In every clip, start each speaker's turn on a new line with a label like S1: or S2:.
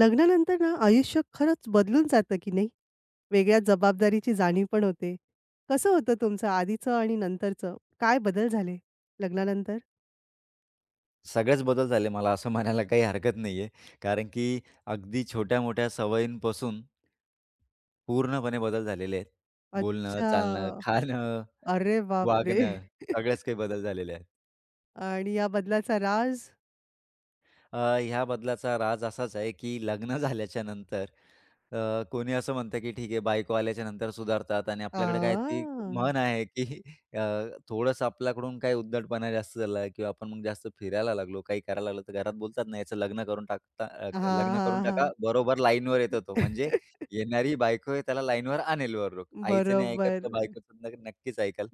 S1: लग्नानंतर ना आयुष्य खरंच बदलून जातं की नाही? वेगळ्या जबाबदारीची जाणीव पण होते. कसं होतं तुमचं आधीचं आणि नंतरचं? काय बदल झाले लग्नानंतर?
S2: सगळेच बदल झाले मला असं म्हणायला काही हरकत नाहीये. कारण की अगदी छोट्या-मोठ्या सवयींपासून पूर्णपणे बदल झालेले आहेत. बोलणं,
S1: अच्छा.
S2: चालणं, खाणं,
S1: अरे बापरे!
S2: वागणं सगळ्याच काही बदल झालेले आहेत.
S1: आणि या बदलाचा राज?
S2: ह्या बदलाचा राज असाच आहे की लग्न झाल्याच्या नंतर अ, कोणी असं म्हणतं, की ठीक आहे बायको आल्याच्या नंतर सुधारतात आणि आपल्याकडे काय ती
S1: आ!
S2: म्हण आहे, की अ, थोडंसं आपल्याकडून काही उद्धटपणा जास्त झाला किंवा आपण मग जास्त फिरायला लागलो, काही करायला लागलो, तर घरात बोलतात ना, "याचं लग्न करून टाकता
S1: हां,
S2: लग्न करून
S1: हां,
S2: टाका,
S1: हां.
S2: बरोबर लाईनवर येतो तो." म्हणजे येणारी बायको आहे त्याला लाईनवर आणेल बरोबर. आईचं नाही ऐकत
S1: बरोबर.
S2: तर बायकोचं न नक्कीच ऐकल.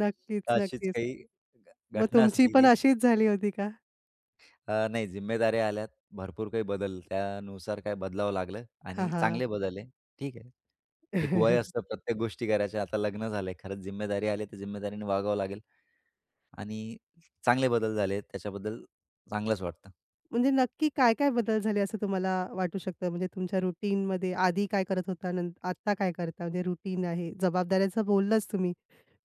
S1: नक्कीच,
S2: तर अशीच
S1: नक्कीच.
S2: काही
S1: मग
S2: घटना
S1: तुमची
S2: असते
S1: पण
S2: ती.
S1: अशीच झाली होती का?
S2: नाही जिम्मेदाऱ्या आल्यात. भरपूर काही बदल त्यानुसार काय बदलावं लागलं
S1: हां,
S2: आणि
S1: हां.
S2: चांगले बदल आहे. ठीक आहे. एक वय असतं प्रत्येक गोष्टी करायच्या. आता लग्न झालंय. खरंच जिम्मेदारी आली, तर जिम्मेदारीने वागावं लागेल आणि चांगले बदल झाले त्याच्याबद्दल चांगलंच वाटतं.
S1: म्हणजे नक्की काय-काय बदल झाले असं तुम्हाला वाटू शकतं? म्हणजे तुमच्या रुटीनमध्ये आधी काय करत होता? नं आत्ता काय करता? म्हणजे रुटीन आहे, जबाबदाऱ्याचं बोललाच तुम्ही.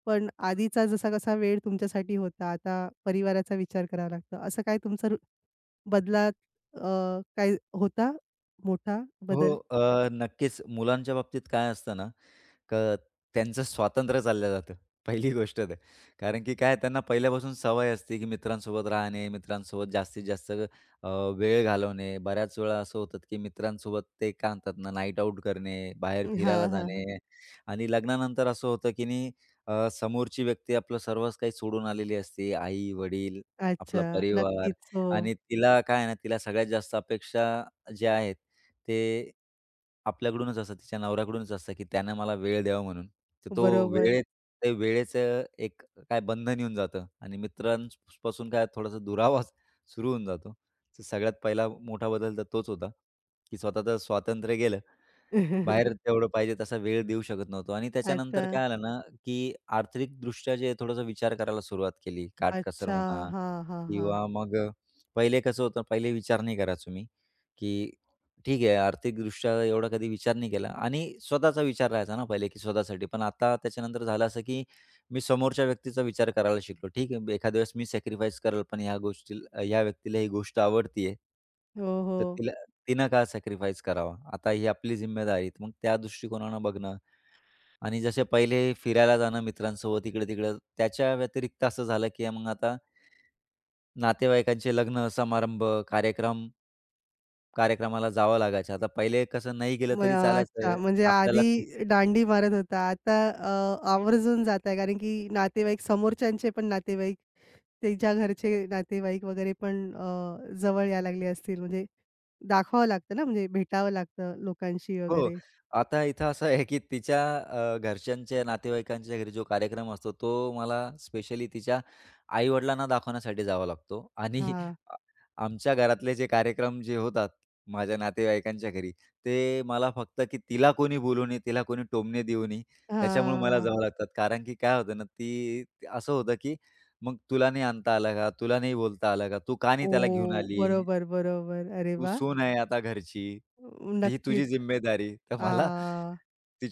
S1: पण आधीचा जसा-कसा वेळ तुमच्यासाठी होता, आता परिवाराचा विचार करावा लागतो. असं काय तुमचा रु बदलात अ, काय होता मोठा
S2: हो.
S1: बदल?
S2: नक्कीच मुलांच्या बाबतीत काय असतं ना, का त्यांचं स्वातंत्र्य चाललं जातं. पहिली गोष्ट तर. कारण की काय त्यांना पहिल्यापासून सवय असते, की मित्रांसोबत राहणे, मित्रांसोबत जास्तीत जास्त अ, वेळ घालवणे. बऱ्याच वेळा असं होतं, की मित्रांसोबत ते काय म्हणतात ना, नाईट आउट करणे, बाहेर फिरायला
S1: हां, हां, हां.
S2: जाणे आणि लग्नानंतर असं होतं, की समोरची व्यक्ती आपलं सर्वच काही सोडून आलेली असते. आई-वडील, आपला
S1: अच्छा.
S2: परिवार
S1: नक्कीच. हो.
S2: आणि तिला काय आहे ना, तिला सगळ्यात जास्त अपेक्षा ज्या आहेत, ते आपल्याकडूनच असतं, तिच्या नवऱ्याकडूनच असतं, की त्यानं मला वेळ द्यावा म्हणून. तर तो
S1: बरोबर.
S2: वेळेत ते वेळेचं एक काय बंधन येऊन जातं आणि मित्रांपासून काय थोडासा दुरावाच सुरू होऊन जातो. तर सगळ्यात पहिला मोठा बदल तर तोच होता, की स्वतःचं स्वातंत्र्य गेलं. बाहेर तेवढं पाहिजे तसा वेळ देऊ शकत नव्हतो आणि
S1: अच्छा.
S2: त्याच्यानंतर काय आलं ना, की आर्थिकदृष्ट्या जे थोडासा विचार करायला सुरुवात केली. काटकसर
S1: अच्छा.
S2: म्हणा
S1: हां, हां, हां.
S2: किंवा मग पहिले कसं होतं, पहिले विचार नाही करायचो मी, की ठीक आहे आर्थिकदृष्ट्या एवढा कधी विचार नाही केला आणि स्वतःचा विचार राहायचा ना पहिले, की स्वतःसाठी. पण आता त्याच्यानंतर झालं असं, की मी समोरच्या व्यक्तीचा विचार करायला शिकलो. ठीक आहे, एखाद्या वेळेस मी सॅक्रिफाईस करेल, पण ह्या गोष्टी ह्या व्यक्तीला ही गोष्ट आवडतीये.
S1: हो, हो.
S2: तर तिला तिनं का सॅक्रिफाईस करावा? आता ही आपली जिम्मेदारी. आहे. मग त्या दृष्टिकोनानं बघणं आणि जसे पहिले फिरायला जाणं मित्रांसोबत इकडे-तिकडं, त्याच्या व्यतिरिक्त असं झालं, की मग आता नातेवाईकांचे लग्न, समारंभ, कार्यक्रम कार्यक्रमाला जावं लागायचं. आता पहिले कसं नाही गेलं
S1: म
S2: तरी
S1: अच्छा,
S2: चालायचं.
S1: म्हणजे
S2: आपल्याला
S1: आधी दांडी मारत होता. आता आवर्जून जाताय कारण की नातेवाईक समोरच्यांचे पण नातेवाईक, त्यांच्या घरचे नातेवाईक वगैरे पण जवळ यायला लागले असतील. म्हणजे दाखवावं लागतं ना, म्हणजे भेटावं लागतं लोकांशी
S2: हो.
S1: वगैरे.
S2: आता इथं असं आहे, की तिच्या घरच्यांच्या नातेवाईकांच्या घरी जो कार्यक्रम असतो, तो मला स्पेशली तिच्या आई-वडिलांना दाखवण्यासाठी जावा लागतो आणि
S1: हां,
S2: आ आमच्या घरातले जे कार्यक्रम जे होतात, माझ्या नातेवाईकांच्या घरी, ते मला फक्त की तिला कोणी बोलू नये, तिला कोणी टोमणे देऊ नये, त्याच्यामुळे मला
S1: हां.
S2: जावं लागतात. कारण की काय होतं ना, ती असं होतं की मग तुला नाही आणता आलं का? तुला नाही बोलता आलं का? तू का नाही
S1: ओ!
S2: त्याला घेऊन आली?
S1: बरोबर, बरोबर. अरे
S2: तू
S1: वाह!
S2: सून आहे आता घरची. ही
S1: नक्कीच.
S2: तुझी जिम्मेदारी. तर
S1: आ,
S2: मला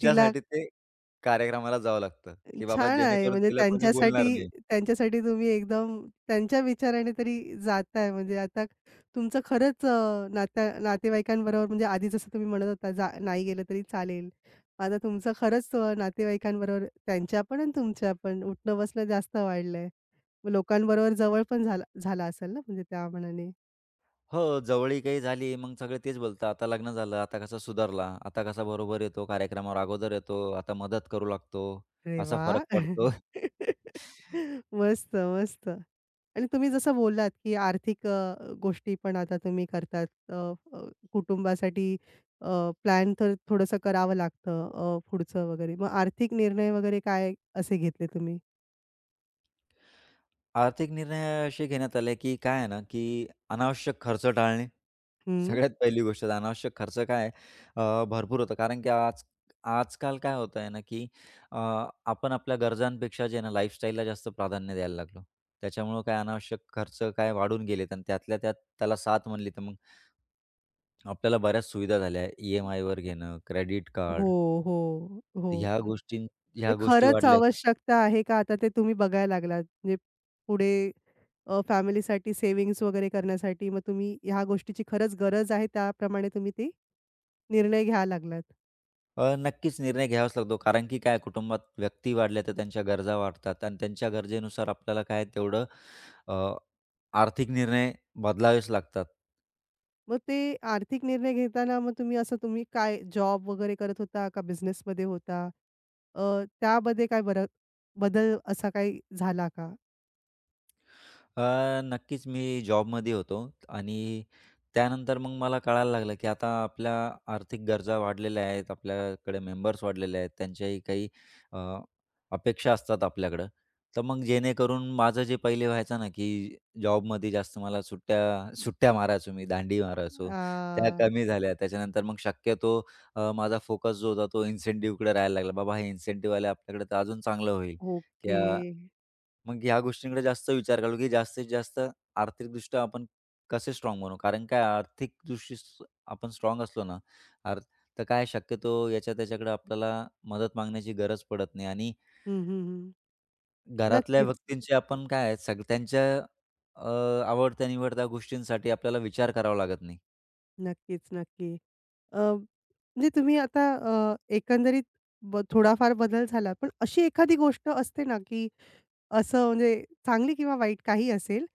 S1: तिला
S2: ते कार्यक्रमाला जावं लागतं, की बाबा
S1: छान आहे.
S2: जेणेकरून
S1: म्हणजे
S2: तिला कोणी बोलणार
S1: त्यांच्यासाठी
S2: नाही.
S1: त्यांच्यासाठी तुम्ही एकदम त्यांच्या विचाराने तरी जाताय. म्हणजे आता तुमचं खरंच नाता नातेवाईकांबरोबर म्हणजे आधी जसं तुम्ही म्हणत होता जा नाही गेलं तरी चालेल. आता तुमचं खरंच नातेवाईकांबरोबर त्यांच्या पण आणि तुमच्या पण उठणं-बसणं जास्त वाढलंय. मग लोकांबरोबर जवळ पण झाला झाला असेल ना म्हणजे त्या मानाने?
S2: हो, जवळीक ही झाली, मग सगळे तेच बोलतात, "आता लग्न झालं, आता कसा सुधारला, आता कसा बरोबर येतो कार्यक्रमावर अगोदर येतो, आता मदत करू लागतो,
S1: अरे
S2: असा फरक
S1: वा,
S2: पडतो."
S1: मस्त, मस्त. आणि तुम्ही जसं बोललात, की आर्थिक गोष्टी पण आता तुम्ही करतात. अ, कुटुंबासाठी अ, प्लॅन तर थोडंसं करावं लागतं पुढचं वगैरे. मग आर्थिक निर्णय वगैरे काय असे घेतले तुम्ही?
S2: आर्थिक निर्णय असे घेण्यात आले, की काय आहे ना, की अनावश्यक खर्च टाळणे.
S1: हं.
S2: सगळ्यात पहिली गोष्ट तर अनावश्यक खर्च काय आहे, भरपूर होतं. कारण की आज आजकाल काय होत आहे ना, की अ, आपण आपल्या गरजांपेक्षा जे आहे ना, लाईफस्टाईलला जास्त प्राधान्य द्यायला लागलो. त्याच्यामुळं काय अनावश्यक खर्च काय वाढून गेलेत आणि त्यातल्या त्यात त्याला साथ म्हणली, तर मग आपल्याला बऱ्याच सुविधा झाल्या. ई-एम-आयवर घेणं, क्रेडिट कार्ड,
S1: हो, हो, हो.
S2: ह्या गोष्टी
S1: ते
S2: ह्या गोष्टी
S1: खरंच
S2: वाढल्या.
S1: आवश्यकता आहे का? आता ते तुम्ही बघायला लागलात. म्हणजे पुढे फॅमिलीसाठी सेव्हिंग्ज वगैरे करण्यासाठी मग तुम्ही ह्या गोष्टीची खरंच गरज आहे त्याप्रमाणे तुम्ही ते निर्णय घ्यायला लागलात.
S2: नक्कीच निर्णय घ्यावाच लागतो. कारण की काय कुटुंबात व्यक्ती वाढल्या तर त्यांच्या गरजा वाढतात आणि त्यांच्या गरजेनुसार आपल्याला काय तेवढं अ, आर्थिक निर्णय बदलावेच लागतात.
S1: मग ते आर्थिक निर्णय घेताना मग तुम्ही काय जॉब वगैरे करत होता का बिझनेसमध्ये होता? अ, त्यामध्ये काय बरं बदल असा काही झाला का?
S2: अ, नक्कीच मी जॉबमध्ये होतो आणि त्यानंतर मग मला कळायला लागलं, की आता आपल्या आर्थिक गरजा वाढलेल्या आहेत. आपल्याकडे मेंबर्स वाढलेले आहेत. त्यांच्याही काही अ, अपेक्षा असतात आपल्याकडं. तर मग जेणेकरून माझं जे पहिले व्हायचं ना, की जॉबमध्ये जास्त मला सुट्ट्या सुट्ट्या मारायचो मी, दांडी मारायचो. त्या
S1: आ,
S2: कमी झाल्या. त्याच्यानंतर मग शक्यतो माझा फोकस जो होता तो इन्सेंटिव्हकडे राहायला लागला. बाबा हे इन्सेंटिव्ह आले आपल्याकडे तर अजून चांगलं होईल. की
S1: ओके.
S2: मग ह्या गोष्टींकडे जास्त विचार करू, की जास्तीत जास्त आर्थिकदृष्ट्या आपण कसे स्ट्रॉंग बनू? कारण काय आर्थिकदृष्टी स आपण स्ट्रॉंग असलो ना, आर तर काय शक्यतो याच्या त्याच्याकडे आपल्याला मदत मागण्याची गरज पडत नाही आणि
S1: हं, हं, हं.
S2: घरातल्या
S1: नक्कीच.
S2: व्यक्तींची आपण काय त्यांच्या अ, आवडत्या-निवडत्या गोष्टींसाठी आपल्याला विचार करावा लागत नाही.
S1: नक्कीच, नक्की. अ, म्हणजे तुम्ही आता एकंदरीत ब थोडाफार बदल झाला. पण अशी एखादी गोष्ट असते ना, की असं म्हणजे चांगली किंवा वाईट काही असेल,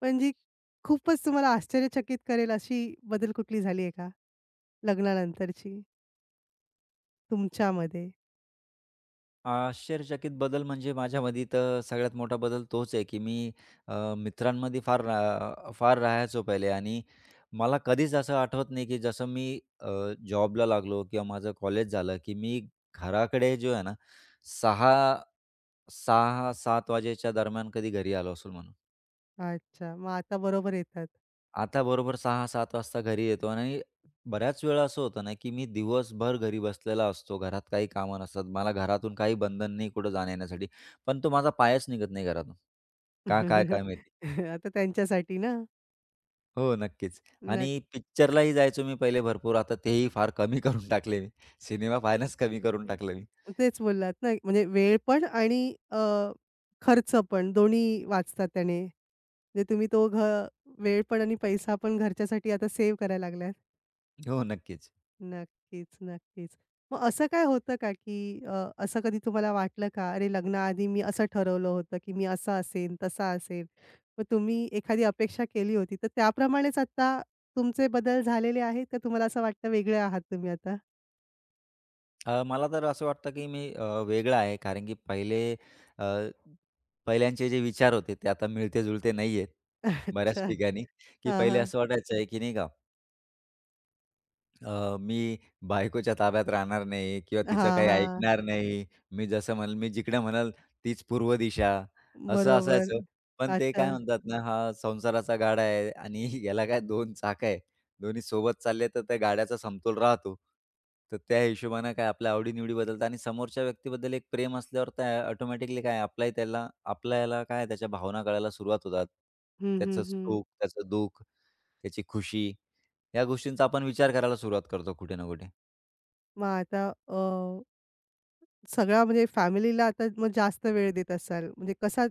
S1: पण जी खूपच तुम्हाला आश्चर्यचकित करेल अशी बदल कुठली झाली आहे का लग्नानंतरची तुमच्यामध्ये?
S2: आश्चर्यचकित बदल म्हणजे माझ्यामध्ये तर सगळ्यात मोठा बदल तोच आहे, की मी मित्रांमध्ये फार राहायचो पहिले आणि मला कधीच असं आठवत नाही, की जसं मी जॉबला लागलो किंवा माझं कॉलेज झालं, की मी घराकडे जो आहे ना, 6:00, 6:00-7:00 वाजेच्या दरम्यान कधी घरी आलो असेल म्हणून.
S1: अच्छा. मग आता बरोबर येतात.
S2: आता बरोबर 6 सात वाजता घरी येतो आणि बऱ्याच वेळा असं होतं ना, की मी दिवसभर घरी बसलेला असतो. घरात काही कामं नसतात. मला घरातून काही बंधन नाही कुठं जाण्या-येण्यासाठी. पण तो माझा पायच निघत नाही घरातून. का काय काय माहिती?
S1: आता त्यांच्यासाठी ना?
S2: हो, नक्कीच. आणि पिक्चरलाही जायचो मी पहिले भरपूर. आता तेही फार कमी करून टाकले मी. सिनेमा पाहणंच कमी करून टाकलं मी.
S1: तेच बोललात ना, म्हणजे वेळ पण आणि अ, खर्च पण दोन्ही वाचतात त्याने. म्हणजे तुम्ही तो घ वेळ पण आणि पैसा पण घरच्यासाठी आता सेव्ह करायला लागलात.
S2: हो, नक्कीच.
S1: नक्कीच, नक्कीच. मग असं काय होतं का, की असं कधी तुम्हाला वाटलं का, "अरे, लग्नाआधी मी असं ठरवलं होतं, की मी असा असेन, तसा असेन." मग तुम्ही एखादी अपेक्षा केली होती, तर त्याप्रमाणेच आता तुमचे बदल झालेले आहेत का तुम्हाला असं वाटतं वेगळे आहात तुम्ही आता?
S2: मला तर असं वाटतं, की मी वेगळा आहे कारण की पहिले अ, पहिल्यांचे जे विचार होते ते आता मिळते-जुळते नाहीयेत. बऱ्याच
S1: अच्छा.
S2: ठिकाणी, की
S1: हां,
S2: पहिले
S1: हां.
S2: असं वाटायचं आहे, की नाही का मी बायकोच्या ताब्यात राहणार नाही किंवा तिचं
S1: हां,
S2: काही
S1: हां.
S2: ऐकणार नाही. मी जसं म्हणेल, मी जिकडे म्हणेल तीच पूर्व दिशा असं
S1: बरोबर.
S2: असायचं. पण ते
S1: अच्छा.
S2: काय म्हणतात ना, हा संसाराचा गाडा आहे आणि याला काय 2 चाकं आहे. दोन्ही सोबत चालले तर त्या गाड्याचा समतोल राहतो. तर त्या हिशोबानं काय आपल्या आवडी बदलतात आणि समोरच्या व्यक्तीबद्दल एक प्रेम असल्यावर काय ऑटोमॅटिकली काय आपलाही त्याला आपल्याला काय त्याच्या भावना कळायला सुरुवात होतात.
S1: हं, हं,
S2: त्याचं
S1: हं.
S2: सुख, त्याचं दुःख त्याची खुशी, या गोष्टींचा आपण विचार करायला सुरुवात करतो कुठे ना कुठे.
S1: मग आता सगळा म्हणजे फॅमिलीला आता मग जास्त वेळ देत असाल. म्हणजे कसा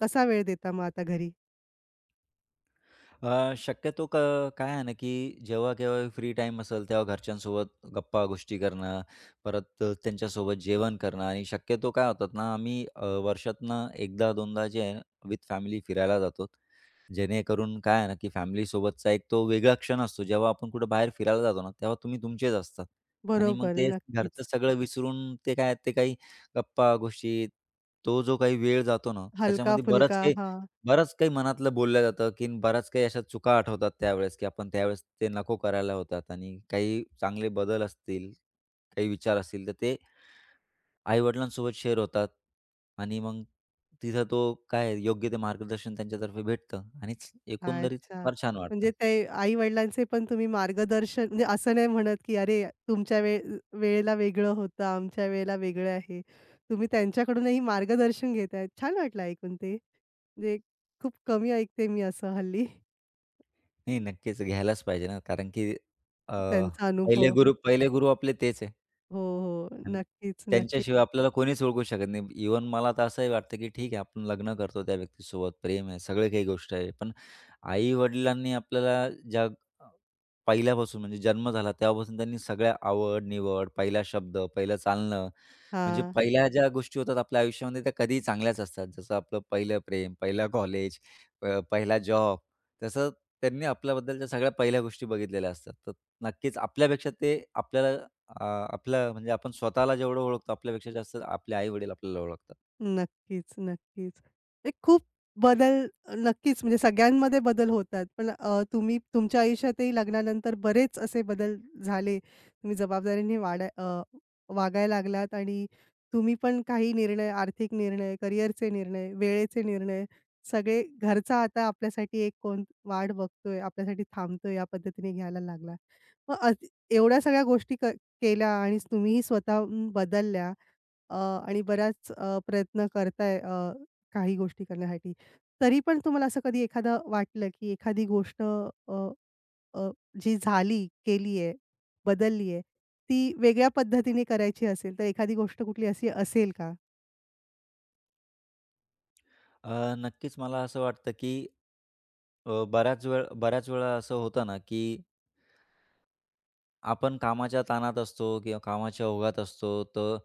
S1: कसा वेळ देता मग आता घरी?
S2: अ, शक्यतो क काय आहे ना, की जेव्हा केव्हा फ्री टाईम असेल, तेव्हा घरच्यांसोबत गप्पा-गोष्टी करणं, परत त्यांच्यासोबत जेवण करणं आणि शक्यतो काय होतात ना, आम्ही वर्षातनं एकदा-दोनदा जे आहे विथ फॅमिली फिरायला जातो. जेणेकरून काय आहे ना, की फॅमिलीसोबतचा एक तो वेगळा क्षण असतो. जेव्हा आपण कुठे बाहेर फिरायला जातो ना, तेव्हा तुम्ही तुमचेच असतात आणि मग
S1: बरोबर,
S2: ते घरचं
S1: नक्कीच.
S2: सगळं विसरून ते काय ते काही गप्पा-गोष्टी, तो जो काही वेळ जातो ना, त्याच्यामध्ये
S1: हलका-फुलका. हां.
S2: बरंच काही मनातलं बोललं जातं, की बऱ्याच काही अशा चुका आठवतात त्यावेळेस, की आपण त्यावेळेस ते नको करायला होतात आणि काही चांगले बदल असतील, काही विचार असतील, तर ते आई-वडिलांसोबत शेअर होतात आणि मग तिथं तो काय योग्य ते मार्गदर्शन त्यांच्यातर्फे भेटतं आणि एकंदरीत
S1: अच्छा.
S2: फार छान वाटतं.
S1: म्हणजे ते आई-वडिलांचे पण तुम्ही मार्गदर्शन म्हणजे असं नाही म्हणत, की "अरे, तुमच्या वे वेळेला वेगळं होतं, आमच्या वेळेला वेगळं आहे." तुम्ही त्यांच्याकडूनही मार्गदर्शन घेताय. छान वाटलं ऐकून ते. म्हणजे खूप कमी ऐकते मी असं हल्ली.
S2: नाही, नक्कीच घ्यायलाच पाहिजे ना, कारण की अ,
S1: त्यांचा अनुभव.
S2: पहिले गुरु आपले तेच आहे.
S1: हो, हो.
S2: आणि
S1: नक्कीच, नक्कीच.
S2: त्यांच्याशिवाय आपल्याला कोणीच ओळखू शकत नाही. इव्हन मला तर असंही वाटतं, की ठीक आहे आपण लग्न करतो त्या व्यक्तीसोबत, प्रेम आहे, सगळे काही गोष्ट आहे. पण आई-वडिलांनी आपल्याला ज्या अ, पहिल्यापासून म्हणजे जन्म झाला तेव्हापासून त्यांनी सगळ्या आवड-निवड, पहिला शब्द, पहिलं चालणं, म्हणजे
S1: हां.
S2: पहिल्या ज्या गोष्टी होतात आपल्या आयुष्यामध्ये त्या कधीही चांगल्याच असतात. जसं आपलं पहिलं प्रेम, पहिलं कॉलेज, पहिला जॉब. तसं त्यांनी आपल्याबद्दलच्या सगळ्या पहिल्या गोष्टी बघितलेल्या असतात. तर नक्कीच आपल्यापेक्षा ते आपल्याला अ, आपल्या म्हणजे आपण स्वतःला जेवढं ओळखतो आपल्यापेक्षा जास्त आपले आई-वडील आपल्याला ओळखतात.
S1: नक्कीच, नक्कीच. ते खूप बदल नक्कीच म्हणजे सगळ्यांमध्ये बदल होतात. पण तुम्ही तुमच्या आयुष्यातही लग्नानंतर बरेच असे बदल झाले. तुम्ही जबाबदारीने वाढा वागायला लागलात आणि तुम्ही पण काही निर्णय, आर्थिक निर्णय, करिअरचे निर्णय, वेळेचे निर्णय सगळे घरचा आता आपल्यासाठी एक कोण वाट बघतोय, आपल्यासाठी थांबतोय या पद्धतीने घ्यायला लागला. मग एवढ्या सगळ्या गोष्टी क केल्या आणि तुम्हीही स्वतःहून बदलल्या. अ, आणि बऱ्याच प्रयत्न करताय काही गोष्टी करण्यासाठी. तरी पण तुम्हाला असं कधी एखादं वाटलं, की एखादी गोष्ट अ, जी झाली, केली आहे, बदलली आहे, ती वेगळ्या पद्धतीने करायची असेल, तर एखादी गोष्ट कुठली अशी असेल का?
S2: नक्कीच मला असं वाटतं, की अ, बऱ्याच वेळ बऱ्याच वेळा असं होतं ना, की आपण कामाच्या ताणात असतो किंवा कामाच्या ओघात असतो, तर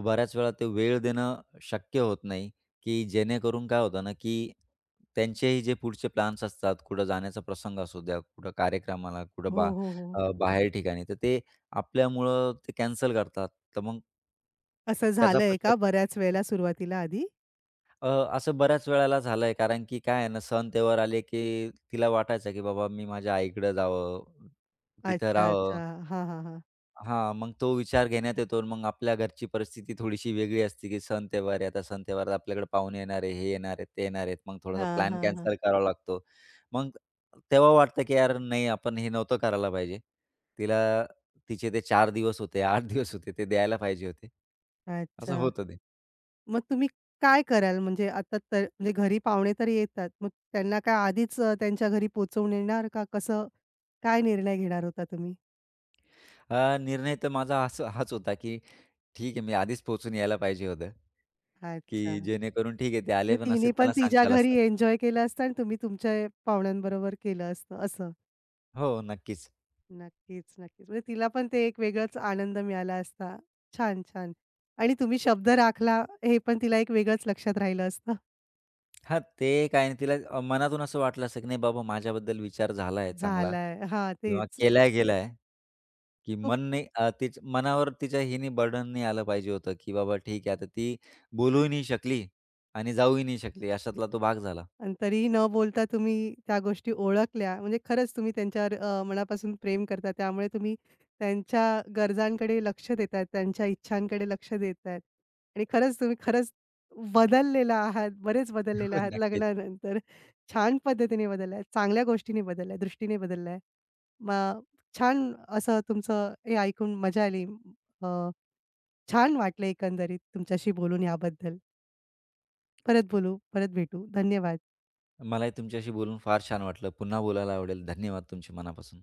S2: बऱ्याच वेळा ते वेळ देणं शक्य होत नाही, की जेणेकरून काय होतं ना, की त्यांचेही जे पुढचे प्लॅन्स असतात, कुठं जाण्याचा प्रसंग असू द्या, कुठं कार्यक्रमाला,
S1: हो, हो, हो.
S2: बाहेर ठिकाणी, तर ते आपल्यामुळं ते कॅन्सल करतात. तर मग
S1: असं
S2: त्याचा
S1: झालंय का
S2: पश्चात
S1: बऱ्याच वेळेला सुरुवातीला आधी?
S2: अ, असं बऱ्याच वेळेला झालंय, कारण की काय आहे ना, सण-त्योहार आले, की तिला वाटायचं, की बाबा मी माझ्या आईकडं जावं, तिथं
S1: अच्छा, अच्छा.
S2: राहावं.
S1: हां, हां, हां.
S2: हां, मग तो विचार घेण्यात येतो. मग आपल्या घरची परिस्थिती थोडीशी वेगळी असते, की सण-त्योहार आहे. आता सण-त्योहारात आपल्याकडे पाहुणे येणार आहे, हे येणार आहेत, ते येणार आहेत. मग थोडासा
S1: हां,
S2: प्लॅन
S1: हां, हां.
S2: कॅन्सल करावा लागतो. मग तेव्हा वाटतं, की यार नाही, आपण हे नव्हतं करायला पाहिजे. तिला तिचे ते 4 दिवस होते, 8 दिवस होते, ते द्यायला पाहिजे होते.
S1: अच्छा.
S2: असं होतं ते.
S1: मग तुम्ही काय कराल? म्हणजे आता तर म्हणजे घरी पाहुणे तर येतात. मग त्यांना काय आधीच त्यांच्या घरी पोहोचवून येणार का कसं? काय निर्णय घेणार होता तुम्ही?
S2: निर्णय तर माझा असं हाच होता, की ठीक आहे, मी आधीच पोहोचून यायला पाहिजे होतं,
S1: अच्छा.
S2: की जेणेकरून ठीक आहे, ते
S1: म्हणजे
S2: आले पण असे
S1: तिने पण
S2: त्यांना
S1: तिच्या
S2: सांगता आलं
S1: घरी
S2: असतं.
S1: एन्जॉय केलं असतं आणि तुम्ही तुमच्या पाहुण्यांबरोबर केलं असतं असं.
S2: हो, नक्कीच.
S1: नक्कीच, नक्कीच. म्हणजे तिला पण ते एक वेगळाच आनंद मिळाला असता. छान, छान. आणि तुम्ही शब्द राखला हे पण तिला एक वेगळंच लक्षात राहिलं असतं.
S2: हां, ते काय नाही तिला मनातून असं वाटलं असेल, की नाही बाबा माझ्याबद्दल विचार झालाय चांगला
S1: झालाय. हां,
S2: किंवा
S1: तेच.
S2: केलाय गेलाय, की मन नाही तिच मनावर तिच्या हिने बर्डन नाही आलं पाहिजे होतं, की बाबा ठीक आहे आता ती बोलूही नाही शकली आणि जाऊही नाही शकली अशातला तो भाग झाला.
S1: आणि तरीही न बोलता तुम्ही त्या गोष्टी ओळखल्या, म्हणजे खरंच तुम्ही त्यांच्यावर मनापासून प्रेम करता. त्यामुळे तुम्ही त्यांच्या गरजांकडे लक्ष देतायत, त्यांच्या इच्छांकडे लक्ष देतायत आणि खरंच तुम्ही खरंच बदललेला आहात, बरेच बदललेला आहात
S2: नक्कीच.
S1: लग्नानंतर. छान पद्धतीने बदललाय, चांगल्या गोष्टीने बदललाय, दृष्टीने बदललाय. मग छान असं तुमचं हे ऐकून मजा आली. अ, छान वाटलं एकंदरीत तुमच्याशी बोलून याबद्दल. परत बोलू, परत भेटू. धन्यवाद.
S2: मलाही तुमच्याशी बोलून फार छान वाटलं. पुन्हा बोलायला आवडेल. धन्यवाद तुमचे मनापासून.